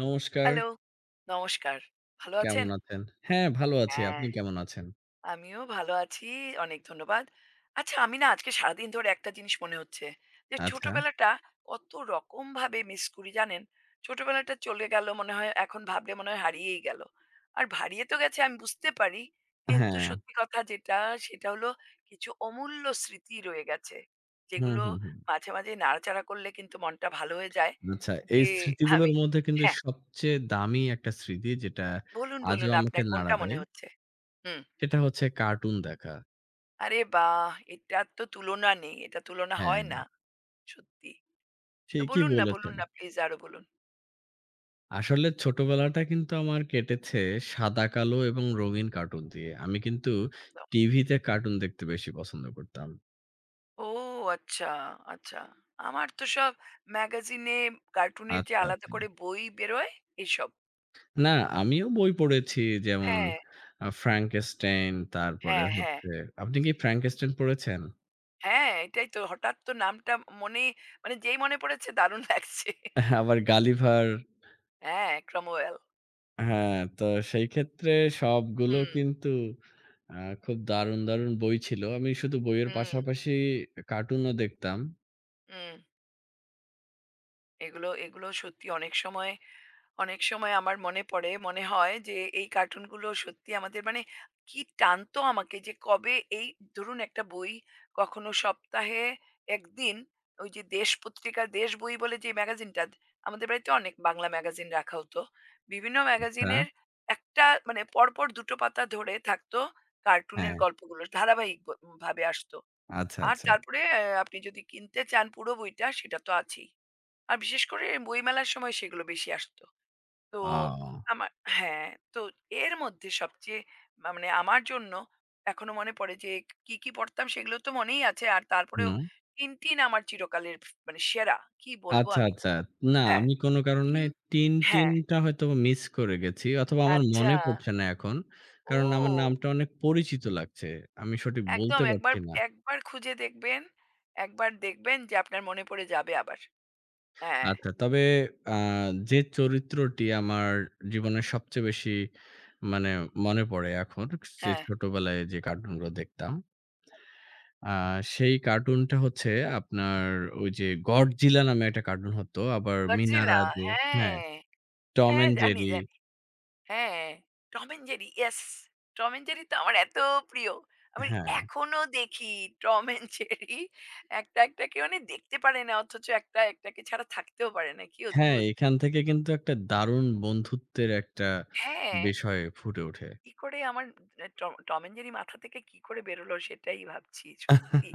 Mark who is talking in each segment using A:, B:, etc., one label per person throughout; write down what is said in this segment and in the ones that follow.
A: নমস্কার,
B: হ্যালো, নমস্কার। ভালো আছেন?
A: কেমন আছেন? হ্যাঁ, ভালো আছি।
B: হ্যাঁ।
A: আপনি কেমন আছেন?
B: আমিও ভালো আছি। অনেক ধন্যবাদ। আচ্ছা, আমি না আজকে সারাদিন ধরে একটা জিনিস মনে হচ্ছে যে,
A: আচ্ছা,
B: ছোটবেলাটা কত রকমভাবে মিস করি জানেন? ছোটবেলাটা চলে গেল মনে হয়, এখন ভাবলে মনে হয় হারিয়েই গেল। আর হারিয়ে তো গেছে আমি বুঝতে পারি। কিন্তু
A: হ্যাঁ।
B: সত্যি কথা যেটা, সেটা হলো কিছু অমূল্য স্মৃতি রয়ে গেছে।
A: হুম,
B: যেগুলো
A: হুম, হুম।
B: মাঝে মাঝে নাড়াচাড়া করলে কিন্তু মনটা ভালো হয়ে যায়।
A: আচ্ছা, এই
B: যে
A: স্মৃতিগুলোর
B: আমি
A: মধ্যে কিন্তু
B: হ্যাঁ,
A: সবচেয়ে দামি একটা স্মৃতি যেটা
B: বলুন,
A: আজও
B: বলুন
A: আমাকে
B: আপনার
A: নাড়া
B: কোনটা মনে
A: দেয়,
B: হচ্ছে? হুম।
A: সেটা হচ্ছে কার্টুন দেখা।
B: আরে বাহ! এটার তো তুলনা নেই। এটা তুলনা হয়
A: হ্যাঁ,
B: না। সত্যি। তো
A: ঠিকই
B: বলুন না, বলুন
A: বলেছেন।
B: না প্লিজ আরো বলুন।
A: আসলে ছোটবেলাটা কিন্তু আমার কেটেছে সাদা-কালো এবং রঙিন কার্টুন দিয়ে। আমি কিন্তু
B: একদম।
A: টিভিতে কার্টুন দেখতে বেশি পছন্দ করতাম।
B: ও আচ্ছা, আচ্ছা। আমার তো সব ম্যাগাজিনে কার্টুনের যে
A: আচ্ছা,
B: আলাদা
A: আচ্ছা।
B: করে বই বেরোয় এসব।
A: না, আমিও বই পড়েছি যেমন
B: হ্যাঁ,
A: 'ফ্রাঙ্কেনস্টাইন' তারপরে
B: হ্যাঁ, হ্যাঁ।
A: হচ্ছে আপনি কি
B: ঠিক।
A: 'ফ্রাঙ্কেনস্টাইন' পড়েছেন?
B: হ্যাঁ, এটাই তো হঠাৎ তো নামটা মনে মানে যেই মনে পড়েছে দারুণ লাগছে।
A: আবার 'গালিভার'
B: হ্যাঁ, ক্রমওয়েল।
A: হ্যাঁ, তো সেই ক্ষেত্রে সবগুলো
B: হুম,
A: কিন্তু আ খুব দারুণ, দারুণ বই ছিল। আমি শুধু বইয়ের
B: হুম,
A: পাশাপাশি কার্টুনও দেখতাম।
B: হুম। এগুলো সত্যি অনেক সময় অনেক সময় আমার মনে পড়ে, মনে হয় যে এই কার্টুনগুলো সত্যি আমাদের মানে কি টানতো আমাকে যে কবে এই ধরুন একটা বই কখনো সপ্তাহে ১ দিন ওই যে দেশ পত্রিকা, দেশ বই বলে যে ম্যাগাজিনটা আমাদের বাড়িতে অনেক বাংলা ম্যাগাজিন রাখা হতো। বিভিন্ন
A: আচ্ছা,
B: ম্যাগাজিনের একটা মানে পরপর ২ টো পাতা ধরে থাকতো কার্টুনের
A: হ্যাঁ,
B: গল্পগুলো ধারাবাহিক ভাবে আসতো।
A: আচ্ছা,
B: আর
A: আচ্ছা।
B: তারপরে আপনি যদি কিনতে চান পুরো বইটা সেটা তো আছেই। আর বিশেষ করে বইমেলার সময় সেগুলো বেশি আসতো। তো
A: ও!
B: আমার হ্যাঁ, তো এর মধ্যে সবচেয়ে মানে আমার জন্য এখনো মনে পড়ে যে কি কি পড়তাম সেগুলো তো মনেই আছে। আর তারপরেও
A: হুম।
B: 'টিনটিন' আমার চিরকালের মানে সেরা। কি বলবো
A: আচ্ছা,
B: আমি?
A: আচ্ছা। না
B: হ্যাঁ,
A: আমি কোন কারণে
B: টিন
A: 'টিনটিন'
B: হ্যাঁ,
A: টা হয়তোবা মিস করে গেছি অথবা আমার
B: আচ্ছা।
A: মনে পড়ছে না এখন। কারণ আমার
B: ও!
A: নামটা অনেক পরিচিত লাগছে। আমি সঠিক
B: একদম
A: বলতে
B: একবার,
A: পারছি না।
B: একবার খুঁজে দেখবেন, একবার দেখবেন যে আপনার মনে পড়ে যাবে আবার। হ্যাঁ,
A: আচ্ছা তবে আ যে চরিত্রটি আমার জীবনের সবচেয়ে বেশি মানে মনে পড়ে এখন যে
B: হ্যাঁ।
A: ছোটবেলায় যে কার্টুনগুলো দেখতাম, আ সেই কার্টুনটা হচ্ছে আপনার ওই যে 'গডজিলা' নামে একটা কার্টুন হতো। আবার 'মিনা
B: 'Godzilla'
A: রাজু' হ্যাঁ,
B: হ্যাঁ,
A: 'টম
B: হ্যাঁ
A: অ্যান্ড
B: জানি,
A: জেরি'
B: জানি। হ্যাঁ, Tom and Jerry yes! Tom and Jerry তো আমার এত প্রিয়। আমি
A: হ্যাঁ।
B: এখনো দেখি টম অ্যান্ড জেরি একটা কে মানে দেখতে পারে না অথচ একটাকে ছাড়া থাকতেও পারে না। কি
A: হ্যাঁ,
B: অদ্ভুত!
A: এখান থেকে কিন্তু একটা দারুণ বন্ধুত্বের একটা
B: হ্যাঁ,
A: বিষয় ফুটে ওঠে।
B: কি করে আমার এ টম টম অ্যান্ড জেরি মাথা থেকে কি করে বেরোলো সেটাই ভাবছি সত্যি।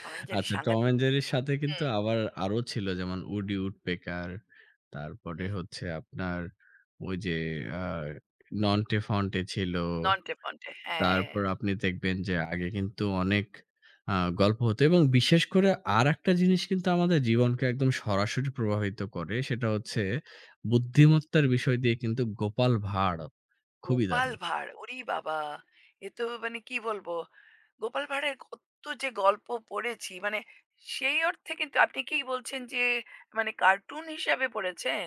B: টম অ্যান্ড জেরি
A: আচ্ছা, টম
B: সাংঘাতিক।
A: অ্যান্ড জেরির সাথে কিন্তু
B: হুম,
A: আবার আরো ছিল যেমন উডি উডপেকার, তারপরে
B: হুম।
A: হচ্ছে আপনার ওই যে আ নন্টে ফন্টে ছিল।
B: নন্টে ফন্টে হ্যাঁ।
A: তারপর আপনি দেখবেন যে আগে কিন্তু অনেক আ গল্প হতো এবং বিশেষ করে আরেকটা জিনিস কিন্তু আমাদের জীবনকে একদম সরাসরি প্রভাবিত করে। সেটা হচ্ছে বুদ্ধিমত্তার বিষয় দিয়ে কিন্তু গোপাল ভাঁড়। খুবই
B: গোপাল
A: দারুণ।
B: ভাঁড়। ওরে বাবা! এ তো মানে কি বলবো? গোপাল ভাঁড়ের কত যে গল্প পড়েছি মানে সেই অর্থে কিন্তু আপনি কি বলছেন যে মানে কার্টুন হিসাবে পড়েছেন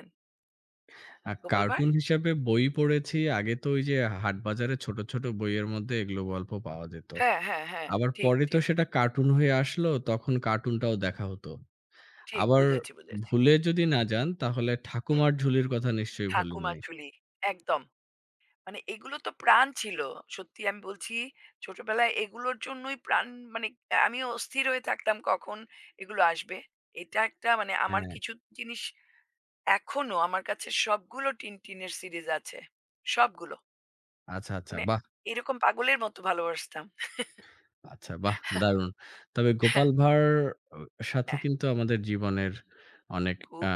B: গোপাল ভাঁড়?
A: কার্টুন হিসাবে বই পড়েছি। আগে তো ওই যে হাটবাজারে ছোট, ছোট বইয়ের মধ্যে এগুলো গল্প পাওয়া যেত।
B: হ্যাঁ, হ্যাঁ, হ্যাঁ।
A: আবার
B: ঠিক,
A: পরে তো
B: ঠিক,
A: সেটা কার্টুন হয়ে আসলো, তখন কার্টুনটাও দেখা হতো।
B: ঠিক,
A: আবার
B: বুঝেছি।
A: ভুলে যদি না যান তাহলে
B: হুম,
A: ঠাকুমার ঝুলির কথা নিশ্চয়ই
B: ঠাকুমা
A: ভোলেননি?
B: চুলি একদম। মানে এগুলো তো প্রাণ ছিল। সত্যি আমি বলছি ছোটবেলায় এগুলোর জন্যই প্রাণ মানে আমিও অস্থির হয়ে থাকতাম কখন এগুলো আসবে। এটা একটা মানে আমার
A: হ্যাঁ,
B: কিছু জিনিস এখনো আমার কাছে সবগুলো টিনটিনের সিরিজ আছে। সবগুলো।
A: আচ্ছা, আচ্ছা।
B: মানে
A: বাহ!
B: এরকম পাগলের মতো ভালোবাসতাম।
A: আচ্ছা বাহ! দারুণ। তবে গোপাল ভাঁড় অ সাথে
B: অ্যা
A: কিন্তু আমাদের জীবনের অনেক আ
B: খুব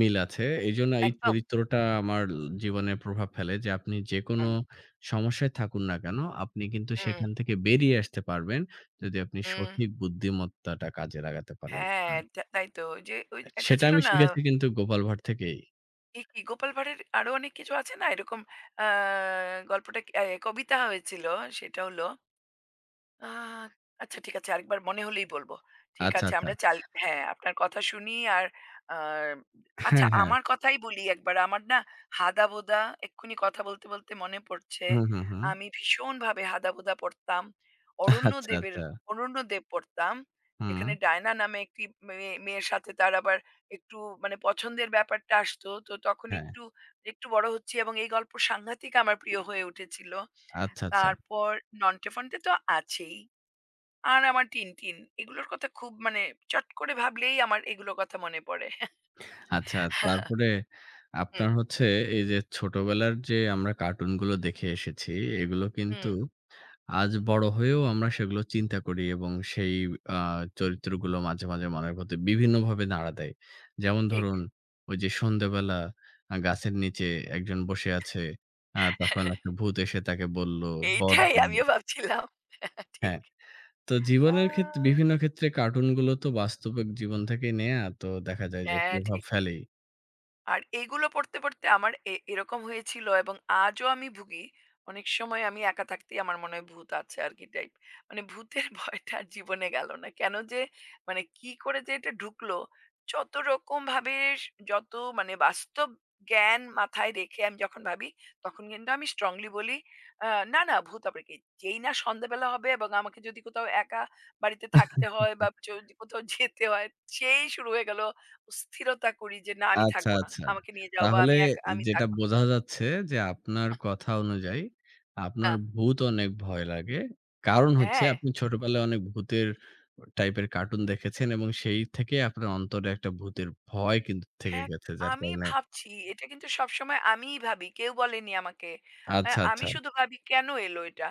A: মিল আছে। এজন্য এই
B: একদম।
A: চরিত্রটা আমার জীবনে প্রভাব ফেলে যে আপনি যেকোনো
B: হুম,
A: সমস্যায় থাকুন না কেন, আপনি কিন্তু
B: হুম,
A: সেখান থেকে বেরিয়ে আসতে পারবেন যদি আপনি
B: হুম।
A: সঠিক বুদ্ধিমত্তাটা কাজে লাগাতে পারেন।
B: হ্যাঁ,
A: আব
B: তা তাই তো। ওই যে ওই একটা
A: সেটা
B: ছিল
A: আমি
B: না
A: শিখেছি কিন্তু গোপাল ভাঁড় থেকেই।
B: কি, গোপাল ভাঁড়ের আরো অনেক কিছু আছে না এরকম আ গল্পটা কি কবিতা হয়েছিল সেটা হল আ আচ্ছা ঠিক আছে আরেকবার মনে হলেই বলব। ঠিক
A: আচ্ছা,
B: আছে
A: আচ্ছা।
B: আমরা হ্যাঁ, আপনার কথা শুনি আর আ আচ্ছা
A: হ্যাঁ, হ্যাঁ।
B: আমার কথাই বলি একবার। আমার না হাদাবোদা এক্ষুনি কথা বলতে মনে পড়ছে।
A: হুম, হুম, হুম।
B: আমি ভীষণভাবে হাদাবোদা পড়তাম।
A: আচ্ছা,
B: অরণ্যদেবের
A: আচ্ছা।
B: অরণ্যদেব পড়তাম।
A: হুম।
B: এখানে ডায়না নামে একটি মেয়ের সাথে তার আবার একটু মানে পছন্দের ব্যাপারটা আসতো। তো তখন
A: হ্যাঁ।
B: একটু বড় হচ্ছি এবং এই গল্প সাংঘাতিক আমার প্রিয় হয়ে উঠেছিল।
A: আচ্ছা, আচ্ছা।
B: তারপর নন্টে ফন্টে তো আছেই। আর আমার 'টিনটিন' এগুলোর কথা খুব মানে চট করে ভাবলেই আমার এগুলোর কথা মনে পড়ে।
A: আচ্ছা, তারপরে
B: হুম,
A: আপনার হচ্ছে এই যে ছোটবেলার যে আমরা কার্টুনগুলো দেখে এসেছি, এগুলো কিন্তু
B: হুম,
A: আজ বড় হয়েও আমরা সেগুলো চিন্তা করি এবং সেই আ চরিত্রগুলো মাঝে, মাঝে মনের মধ্যে বিভিন্নভাবে নাড়া দেয়। যেমন
B: ঠিক।
A: ধরুন ওই যে সন্ধ্যাবেলা গাছের নিচে একজন বসে আছে। তখন একটা ভূত এসে তাকে বলল, বর
B: এইটাই
A: দিল
B: আমিও ভাবছিলাম। ঠিক।
A: হ্যাঁ, তো
B: আ
A: জীবনের ক্ষেত্রে বিভিন্ন ক্ষেত্রে কার্টুনগুলো তো বাস্তবিক জীবন থেকেই নেয়া। তো দেখা যায় যে
B: হ্যাঁ,
A: প্রভাব
B: ঠিক।
A: ফেলেই।
B: আর এগুলো পড়তে আমার এরকম হয়েছিল এবং আজও আমি ভুগি। অনেক সময় আমি একা থাকতেই আমার মনে হয় ভূত আছে আরকি টাইপ। মানে ভূতের ভয়টা আর জীবনে গেল না। কেন যে মানে কি করে যে এটা ঢুকলো? যত রকম ভাবে স যত মানে বাস্তব জ্ঞান মাথায় রেখে আমি যখন ভাবি, তখন কিন্তু আমি স্ট্রংলি বলি, আ "না, না ভূত আবার কি?" যেই না সন্ধ্যাবেলা হবে এবং আমাকে যদি কোথাও একা বাড়িতে থাকতে হয় বা যদি কোথাও যেতে হয়, সেই শুরু হয়ে গেল স্থিরতা করি যে না আমি
A: আচ্ছা,
B: থাকবো না।
A: আচ্ছা।
B: আমাকে নিয়ে যাও বা
A: তাহলে
B: আমি এক আমি
A: যেটা
B: থাকবো না।
A: বোঝা যাচ্ছে যে আপনার কথা অনুযায়ী
B: আ
A: আপনার ভূত অনেক ভয় লাগে। কারণ হচ্ছে
B: হ্যাঁ।
A: আপনি ছোটবেলায় অনেক ভূতের টাইপের কার্টুন দেখেছেন এবং সেই থেকে আপনার অন্তরে একটা ভূতের ভয় কিন্তু থেকে
B: হ্যাঁ,
A: গেছে যার
B: আমি
A: কারণে
B: ভাবছি এটা কিন্তু সবসময় আমিই ভাবি। কেউ বলেনি আমাকে। হ্যাঁ,
A: আচ্ছা,
B: আমি
A: আচ্ছা।
B: শুধু ভাবি কেন এলো এটা?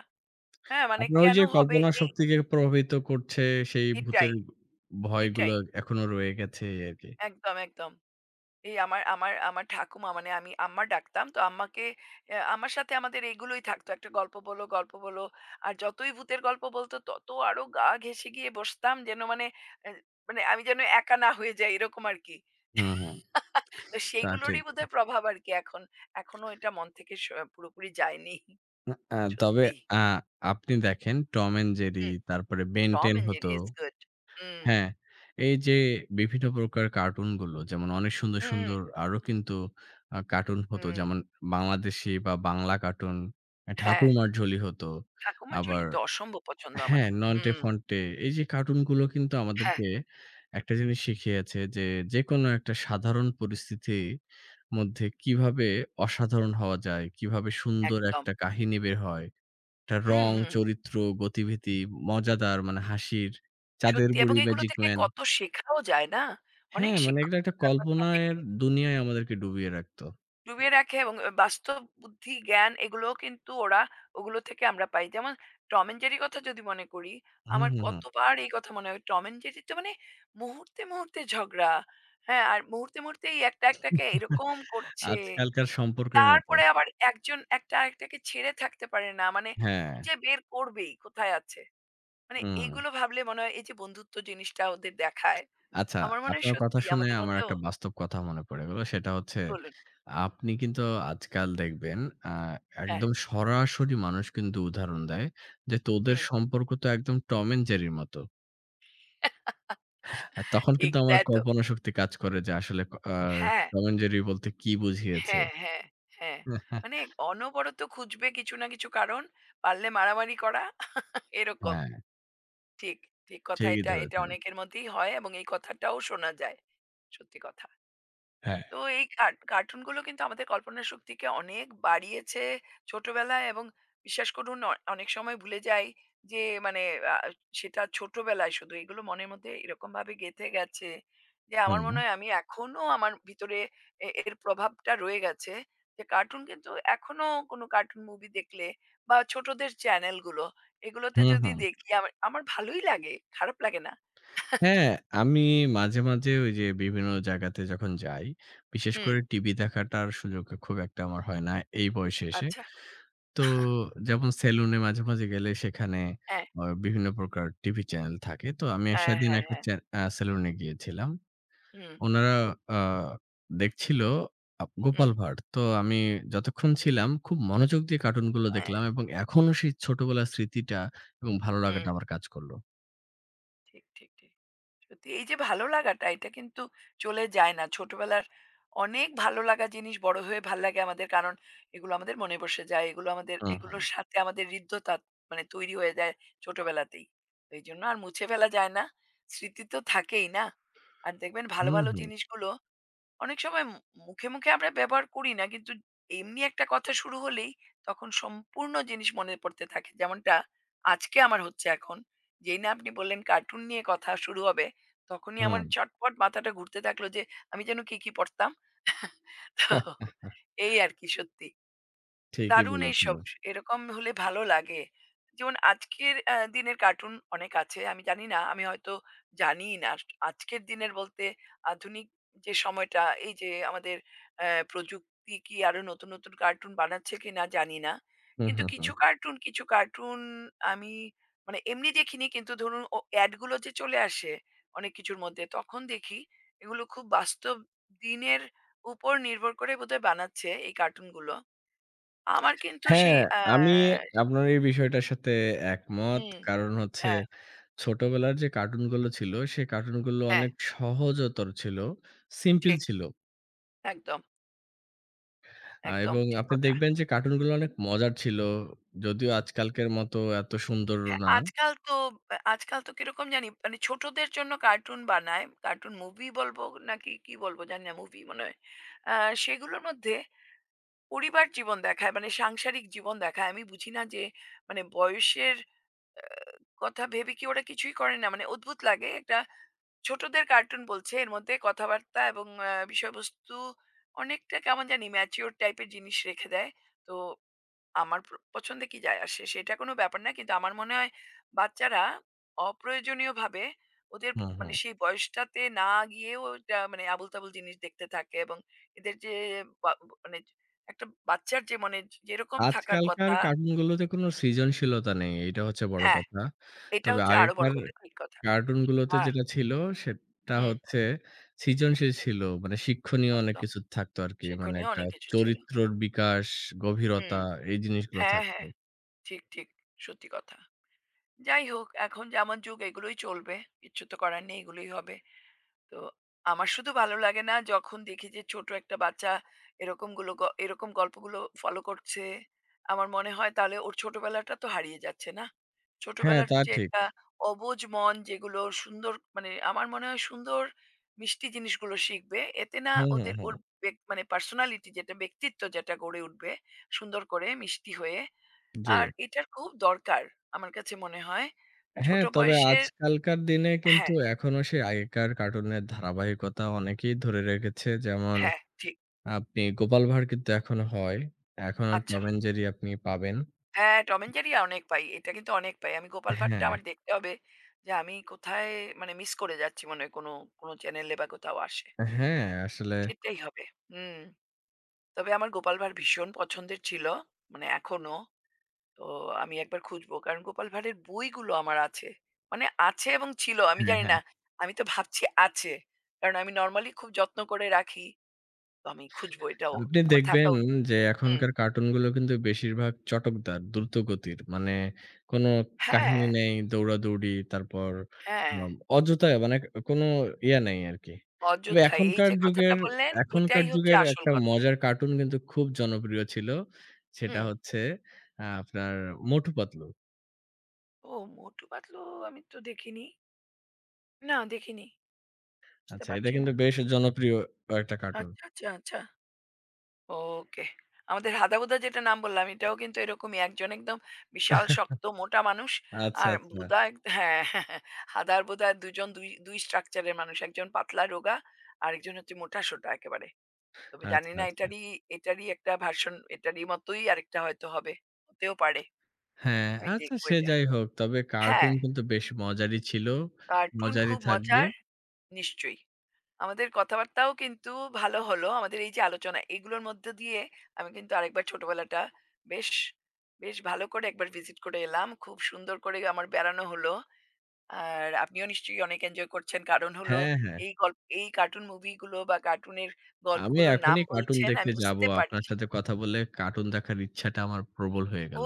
B: হ্যাঁ, মানে
A: আপনার ওই
B: কেন
A: যে
B: হবে
A: কল্পনা
B: এই
A: শক্তিকে প্রভাবিত করছে সেই ভূতের
B: এটাই,
A: ভয়গুলো
B: এটাই।
A: এখনো রয়ে গেছে এই আরকি।
B: একদম। এই আমার আমার আমার ঠাকুমা মানে আমি আম্মা ডাকতাম তো আম্মাকে আমার সাথে আমাদের এগুলোই থাকতো একটা গল্প বলো গল্প বলো আর যতই ভূতের গল্প বলতো তত আরো গা ঘেঁষে গিয়ে বসতাম যেন মানে আহ, মানে আমি যেন একা না হয়ে যাই এরকম আর কি
A: হুম, হুম।
B: তো
A: তা ঠিক।
B: সেইগুলোরই বোধহয় প্রভাব আর কি এখন এখনো এটা মন থেকে পুরোপুরি যায়নি
A: আ তবে
B: সত্যি
A: আ আপনি দেখেন Tom and Jerry
B: হুম
A: তারপরে Ben
B: টম
A: 10
B: এন্ড জেরি
A: হতো।
B: ইজ গুড হুম
A: হ্যাঁ, এই যে বিভিন্ন প্রকার কার্টুন গুলো যেমন অনেক সুন্দর,
B: হুম
A: সুন্দর আরো কিন্তু কার্টুন হতো।
B: হুম
A: যেমন বাংলাদেশী বা বাংলা কার্টুন,
B: হ্যাঁ
A: ঠাকুরমার ঝুলি হতো।
B: ঠাকুমার
A: আবার
B: ঝুলি তো অসম্ভব পছন্দ আমার
A: হ্যাঁ, নন্টে
B: হুম
A: ফন্টে এই যে কার্টুন গুলো কিন্তু
B: হ্যাঁ
A: আমাদেরকে একটা জিনিস শিখিয়েছে যে, যেকোনো একটা সাধারণ পরিস্থিতির মধ্যে কিভাবে অসাধারণ হওয়া যায়, কিভাবে সুন্দর
B: একদম
A: একটা কাহিনী বের হয়। একটা
B: হুম
A: রং,
B: হুম
A: চরিত্র, গতিবিধি, মজাদার মানে হাসির, চাঁদের
B: সত্যি এবং
A: বুড়ি,
B: এগুলো
A: ম্যাজিক
B: থেকে
A: ম্যান
B: কত শেখাও যায় না? অনেক
A: হ্যাঁ, মানে এগুলো একটা
B: শিক্ষণীয় ব্যাপার থাকে
A: কল্পনার
B: কিন্তু।
A: দুনিয়ায় আমাদেরকে ডুবিয়ে রাখতো।
B: ডুবিয়ে রাখে এবং বাস্তব বুদ্ধি, জ্ঞান এগুলোও কিন্তু ওরা ওগুলো থেকে আমরা পাই। যেমন টম অ্যান্ড জেরির কথা যদি মনে করি,
A: হুম,
B: আমার
A: হুম, হুম।
B: কতবার এই কথা মনে হয়। টম অ্যান্ড জেরির তো মানে মুহূর্তে মুহূর্তে ঝগড়া। হ্যাঁ, আর মুহূর্তে মুহূর্তেই একটা একটাকে এরকম করছে।
A: আজকালকার সম্পর্কের মতো।
B: তারপরে আবার একজন একটা আরেকটাকে ছেড়ে থাকতে পারে না। মানে
A: হ্যাঁ,
B: খুঁজে বের করবেই কোথায় আছে। মানে
A: হুম।
B: এইগুলো ভাবলে মনে হয় এই যে বন্ধুত্ব জিনিসটা ওদের দেখায়।
A: আচ্ছা,
B: আমার মনে হয়
A: আপনার কথা
B: সত্যি
A: শুনে
B: আমাদের
A: আমার
B: মধ্যেও
A: একটা বাস্তব কথা মনে পড়ে গেল। সেটা হচ্ছে
B: বলুন।
A: আপনি কিন্তু আজকাল দেখবেন আ
B: হ্যাঁ,
A: একদম সরাসরি মানুষ কিন্তু উদাহরণ দেয় যে, "তোদের
B: হুম।
A: সম্পর্ক তো একদম টম অ্যান্ড জেরির মতো।" আর তখন
B: ঠিক
A: কিন্তু আমার
B: দেয় তো।
A: কল্পনা শক্তি কাজ করে যে আসলে ক আ
B: হ্যাঁ,
A: টম অ্যান্ড জেরি বলতে কি বুঝিয়েছে?
B: হ্যাঁ, হ্যাঁ, হ্যাঁ। মানে অনবরত খুঁজবে কিছু না কিছু কারণ, পারলে মারামারি করা এরকম।
A: হ্যাঁ,
B: ঠিক, ঠিক কথা
A: ঠিকই
B: এটা
A: ধরেছেন।
B: অনেকের মধ্যেই হয় এবং এই কথাটাও শোনা যায়। সত্যি কথা।
A: হ্যাঁ।
B: তো এই কার্টুনগুলো কিন্তু আমাদের কল্পনা শক্তিকে অনেক বাড়িয়েছে ছোটবেলায় এবং বিশ্বাস করুন অনেক সময় ভুলে যাই যে মানে আহ, সেটা ছোটবেলায় শুধু এগুলো মনের মধ্যে এরকম ভাবে গেঁথে গেছে যে আমার
A: হুম।
B: মনে হয় আমি এখনো আমার ভিতরে এর প্রভাবটা রয়ে গেছে যে কার্টুন কিন্তু এখনো কোনো কার্টুন মুভি দেখলে বা ছোটদের চ্যানেলগুলো এগুলোতে
A: হুম,
B: যদি
A: হুম।
B: দেখি আমার আমার ভালোই লাগে খারাপ লাগে না
A: হ্যাঁ, আমি মাঝে, মাঝে ওই যে বিভিন্ন জায়গাতে যখন যাই, বিশেষ
B: হুম
A: করে টিভি দেখাটার সুযোগ খুব একটা আমার হয় না এই বয়সে এসে।
B: আচ্ছা
A: তো যেমন সেলুনে মাঝে, মাঝে গেলে সেখানে
B: হ্যাঁ
A: বিভিন্ন প্রকার টিভি চ্যানেল থাকে। তো আমি
B: হ্যাঁ
A: সেদিন
B: হ্যাঁ
A: একটা
B: হ্যাঁ
A: চ্যা আ সেলুনে গিয়েছিলাম।
B: হুম
A: উনারা আ দেখছিল গোপাল
B: হুম
A: ভাঁড়। তো আমি যতক্ষণ
B: এ-
A: ছিলাম খুব মনোযোগ দিয়ে কার্টুনগুলো
B: হ্যাঁ
A: দেখলাম এবং এখনো সেই ছোটবেলার স্মৃতিটা এবং ভালো
B: হুম,
A: লাগাটা আমার কাজ করল।
B: ঠিক। সত্যি এই যে ভালো লাগাটা এটা কিন্তু চলে যায় না। ছোটবেলার অনেক ভালো লাগা জিনিস বড় হয়ে ভাল লাগে আমাদের। কারণ এগুলো আমাদের মনে বসে যায়। এগুলো আমাদের
A: হুম, হুম।
B: এগুলোর সাথে আমাদের হৃদ্যতা মানে তৈরি হয়ে যায় ছোটবেলাতেই। তো এইজন্য আর মুছে ফেলা যায় না। স্মৃতি তো থাকেই না? আর দেখবেন ভালো,
A: হুম,
B: ভালো
A: হুম,
B: জিনিসগুলো অনেক সময় মুখে মুখে আমরা ব্যবহার করি না। কিন্তু এমনি একটা কথা শুরু হলেই তখন সম্পূর্ণ জিনিস মনে পড়তে থাকে। যেমনটা আজকে আমার হচ্ছে এখন। যেই না আপনি বললেন কার্টুন নিয়ে কথা শুরু হবে, তখনই আমার
A: হুম।
B: চটপট মাথাটা ঘুরতে থাকলো যে আমি যেন কি কি পড়তাম? তো এই আর কি সত্যি।
A: ঠিকই
B: দারুণ
A: বলেছেন।
B: এইসব। এরকম হলে ভালো লাগে। যেমন আজকের দিনের কার্টুন অনেক আছে। আমি জানি না, আমি হয়তো জানিই না। আজকের দিনের বলতে আধুনিক যে সময়টা, এই যে আমাদের প্রযুক্তি কি আরো নতুন নতুন কার্টুন বানাচ্ছে কিনা জানি না।
A: হুম,
B: কিন্তু
A: হুম, হুম।
B: কিছু কার্টুন আমি মানে এমনি দেখিনি কিন্তু ধরুন ও এড গুলো যে চলে আসে অনেক কিছুর মধ্যে, তখন দেখি এগুলো খুব বাস্তব দিনের উপর নির্ভর করে বোধহয় বানাচ্ছে এই কার্টুনগুলো। আমার কিন্তু
A: হ্যাঁ,
B: সেই
A: আমি আপনার এই বিষয়টার সাথে একমত।
B: হুম,
A: কারণ হচ্ছে
B: হ্যাঁ,
A: ছোটবেলার যে কার্টুনগুলো ছিল, সে কার্টুনগুলো
B: হ্যাঁ,
A: অনেক সহজতর ছিল, সিম্পল
B: ঠিক।
A: ছিল।
B: একদম, একদম
A: এবং
B: ঠিক
A: আপনি
B: কথা।
A: দেখবেন যে কার্টুনগুলো অনেক মজার ছিল। যদিও আজকালকের মতো এত সুন্দর
B: হ্যাঁ,
A: না।
B: আজকাল তো আজকাল তো কিরকম জানি মানে ছোটদের জন্য কার্টুন বানায়। কার্টুন মুভি বলবো নাকি কি বলবো জানি না মুভি মনে হয়। আ সেগুলোর মধ্যে পরিবার জীবন দেখায় মানে সাংসারিক জীবন দেখায়। আমি বুঝি না যে মানে বয়সের কথা ভেবে কি ওরা কিছুই করে না। মানে অদ্ভুত লাগে একটা ছোটদের কার্টুন বলছে এর মধ্যে কথাবার্তা এবং বিষয়বস্তু অনেকটা কেমন জানি ম্যাচিউরড টাইপের জিনিস রেখে দেয়। তো আমার পছন্দে কি যায় আসে? সেটা কোন ব্যাপার না। কিন্তু আমার মনে হয় বাচ্চারা অপ্রয়োজনীয়ভাবে ওদের
A: হুম,
B: মানে
A: হুম।
B: সেই বয়সটাতে না গিয়েও ওটা মানে আবোল-তাবোল জিনিস দেখতে থাকে এবং এদের যে বা মানে একটা বাচ্চার যে মনে যেরকম থাকার
A: আজকালকার
B: কথা
A: কার্টুনগুলোতে কোনো সৃজনশীলতা নেই। এটা হচ্ছে বড়
B: হ্যাঁ,
A: কথা।
B: এটা
A: তবে
B: হচ্ছে আরো বড়
A: আগেকার
B: কথা। ঠিক কথা।
A: কার্টুন গুলোতে
B: আ
A: যেটা ছিল সেটা
B: হুম,
A: হচ্ছে সৃজনশীল ছিল। মানে শিক্ষণীয় অনেক
B: একদম।
A: কিছু থাকতো আরকি। মানে
B: শিক্ষণীয়
A: একটা
B: অনেক কিছু ছিল।
A: চরিত্রর বিকাশ,
B: হুম।
A: গভীরতা এই জিনিসগুলো
B: হ্যাঁ,
A: থাকতো।
B: হ্যাঁ। ঠিক। সত্যি কথা। যাই হোক এখন যেমন যুগ এগুলোই চলবে। কিচ্ছু তো করার নেই এগুলোই হবে। তো আমার শুধু ভালো লাগে না যখন দেখি যে ছোট একটা বাচ্চা এরকম গুলো গ এরকম গল্পগুলো ফলো করছে। আমার মনে হয় তাহলে ওর ছোটবেলাটা তো হারিয়ে যাচ্ছে না?
A: হ্যাঁ,
B: ছোটবেলার
A: তা
B: যে
A: ঠিক।
B: একটা অবুঝ মন যেগুলো সুন্দর মানে আমার মনে হয় সুন্দর মিষ্টি জিনিসগুলো শিখবে। এতে না
A: হুম, হুম, হুম।
B: ওর মানে পার্সোনালিটি যেটা ব্যক্তিত্ব যেটা গড়ে উঠবে সুন্দর করে মিষ্টি হয়ে।
A: জি।
B: আর এটার খুব দরকার আমার কাছে মনে হয়। ছোট
A: হ্যাঁ, তবে
B: বয়সের
A: আজকালকার দিনে কিন্তু
B: হ্যাঁ,
A: এখনো সেই আগেকার কার্টুনের ধারাবাহিকতা অনেকেই ধরে রেখেছে। যেমন
B: হ্যাঁ, ঠিক।
A: আপনি গোপাল ভাঁড় কিন্তু এখনো হয়। এখনো
B: আচ্ছা।
A: টম অ্যান্ড জেরি আপনি পাবেন।
B: হ্যাঁ, টম অ্যান্ড জেরি অনেক পাই। এটা কিন্তু অনেক পাই। আমি গোপাল
A: হ্যাঁ,
B: ভাঁড়টা আমার দেখতে হবে যে আমি কোথায় মানে মিস করে যাচ্ছি মনে হয় কোনো চ্যানেলে বা কোথাও আসে।
A: হ্যাঁ আসলে
B: সেটাই হবে। হুম। তবে আমার গোপাল ভাঁড় ভীষণ পছন্দের ছিল। মানে এখনো। তো আমি একবার খুঁজবো। কারণ গোপাল ভাঁড়ের বইগুলো আমার আছে। মানে আছে এবং ছিল আমি
A: হ্যাঁ,
B: জানি
A: হ্যাঁ।
B: না। আমি তো ভাবছি আছে। কারণ আমি নরমালি খুব যত্ন করে রাখি। তো আমি খুঁজবো এটাও।
A: আপনি
B: আমার
A: দেখবেন
B: থাকা উচিত।
A: যে
B: হুম।
A: এখনকার কার্টুনগুলো কিন্তু বেশিরভাগ চটকদার, দ্রুতগতির। মানে কোনো
B: হ্যাঁ,
A: কাহিনী নেই, দৌড়াদৌড়ি, তারপর
B: হ্যাঁ।
A: অযথা মানে কোনো ইয়া নাই আরকি। তবে
B: অযথা এই
A: এখনকার
B: যে কথাটা
A: যুগের
B: বললেন,
A: এখনকার
B: এটাই হচ্ছে
A: যুগের
B: আসল
A: একটা
B: কথা।
A: মজার কার্টুন কিন্তু খুব জনপ্রিয় ছিল। সেটা
B: হুম।
A: হচ্ছে আপনার মোটু পাতলু।
B: ও মোটু পাতলু আমি তো দেখিনি। না দেখিনি। বুঝতে
A: আচ্ছা, এটা
B: পারছি না।
A: কিন্তু বেশ জনপ্রিয় একটা কার্টুন।
B: আচ্ছা, আচ্ছা, আচ্ছা। ওকে। আমাদের হাঁদা ভুঁদা যেটা নাম বললাম এটাও কিন্তু এরকমই একজন একদম বিশাল শক্ত মোটা মানুষ।
A: আচ্ছা,
B: আর
A: আচ্ছা।
B: ভুঁদা এক হ্যাঁ, হাঁদা আর ভুঁদা দুজন ২ স্ট্রাকচার এর মানুষ। একজন পাতলা রোগা, আরেকজন হচ্ছে মোটা সোটা একেবারে। তবে জানি
A: আচ্ছা,
B: না
A: আচ্ছা।
B: এটারই এটারই একটা ভার্সন এটারই মতোই আরেকটা হয়তো হবে। হতেও পারে।
A: হ্যাঁ,
B: আমি
A: আচ্ছা
B: দেখব
A: সে
B: এটা।
A: যাই হোক। তবে
B: হ্যাঁ,
A: কার্টুন কিন্তু বেশ মজারই ছিল,
B: কার্টুন
A: মজারই
B: খুব
A: থাকবে।
B: মজার নিশ্চয়ই। আমাদের কথাবার্তাও কিন্তু ভালো হলো। আমাদের এই যে আলোচনা এগুলোর মধ্য দিয়ে আমি কিন্তু আরেকবার ছোটবেলাটা বেশ, বেশ ভালো করে একবার ভিজিট করে এলাম। খুব সুন্দর করে আমার বেড়ানো হলো। আর আপনিও নিশ্চয়ই অনেক এনজয় করছেন। কারণ হলো
A: হ্যাঁ, হ্যাঁ।
B: এই গল্প এই কার্টুন মুভি গুলো বা কার্টুনের
A: আমি
B: গল্পগুলোর নাম
A: এখনই কার্টুন
B: বলছেন আমি
A: দেখতে যাব।
B: বুঝতে
A: আপনার
B: পারছি।
A: সাথে কথা বলে কার্টুন দেখার ইচ্ছাটা আমার প্রবল হয়ে গেল।
B: ও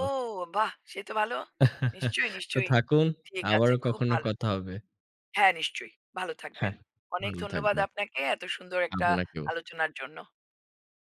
B: বাহ! সে তো ভালো। নিশ্চয়ই,
A: তো
B: নিশ্চয়ই।
A: থাকুন,
B: ঠিক আছে,
A: আবারও
B: খুব
A: কখনো
B: ভালো।
A: কথা হবে।
B: হ্যাঁ, নিশ্চয়ই। ভালো থাকবেন।
A: হ্যাঁ,
B: অনেক
A: ভালো
B: ধন্যবাদ
A: থাকবেন।
B: আপনাকে এত সুন্দর একটা
A: আপনাকেও।
B: আলোচনার জন্য।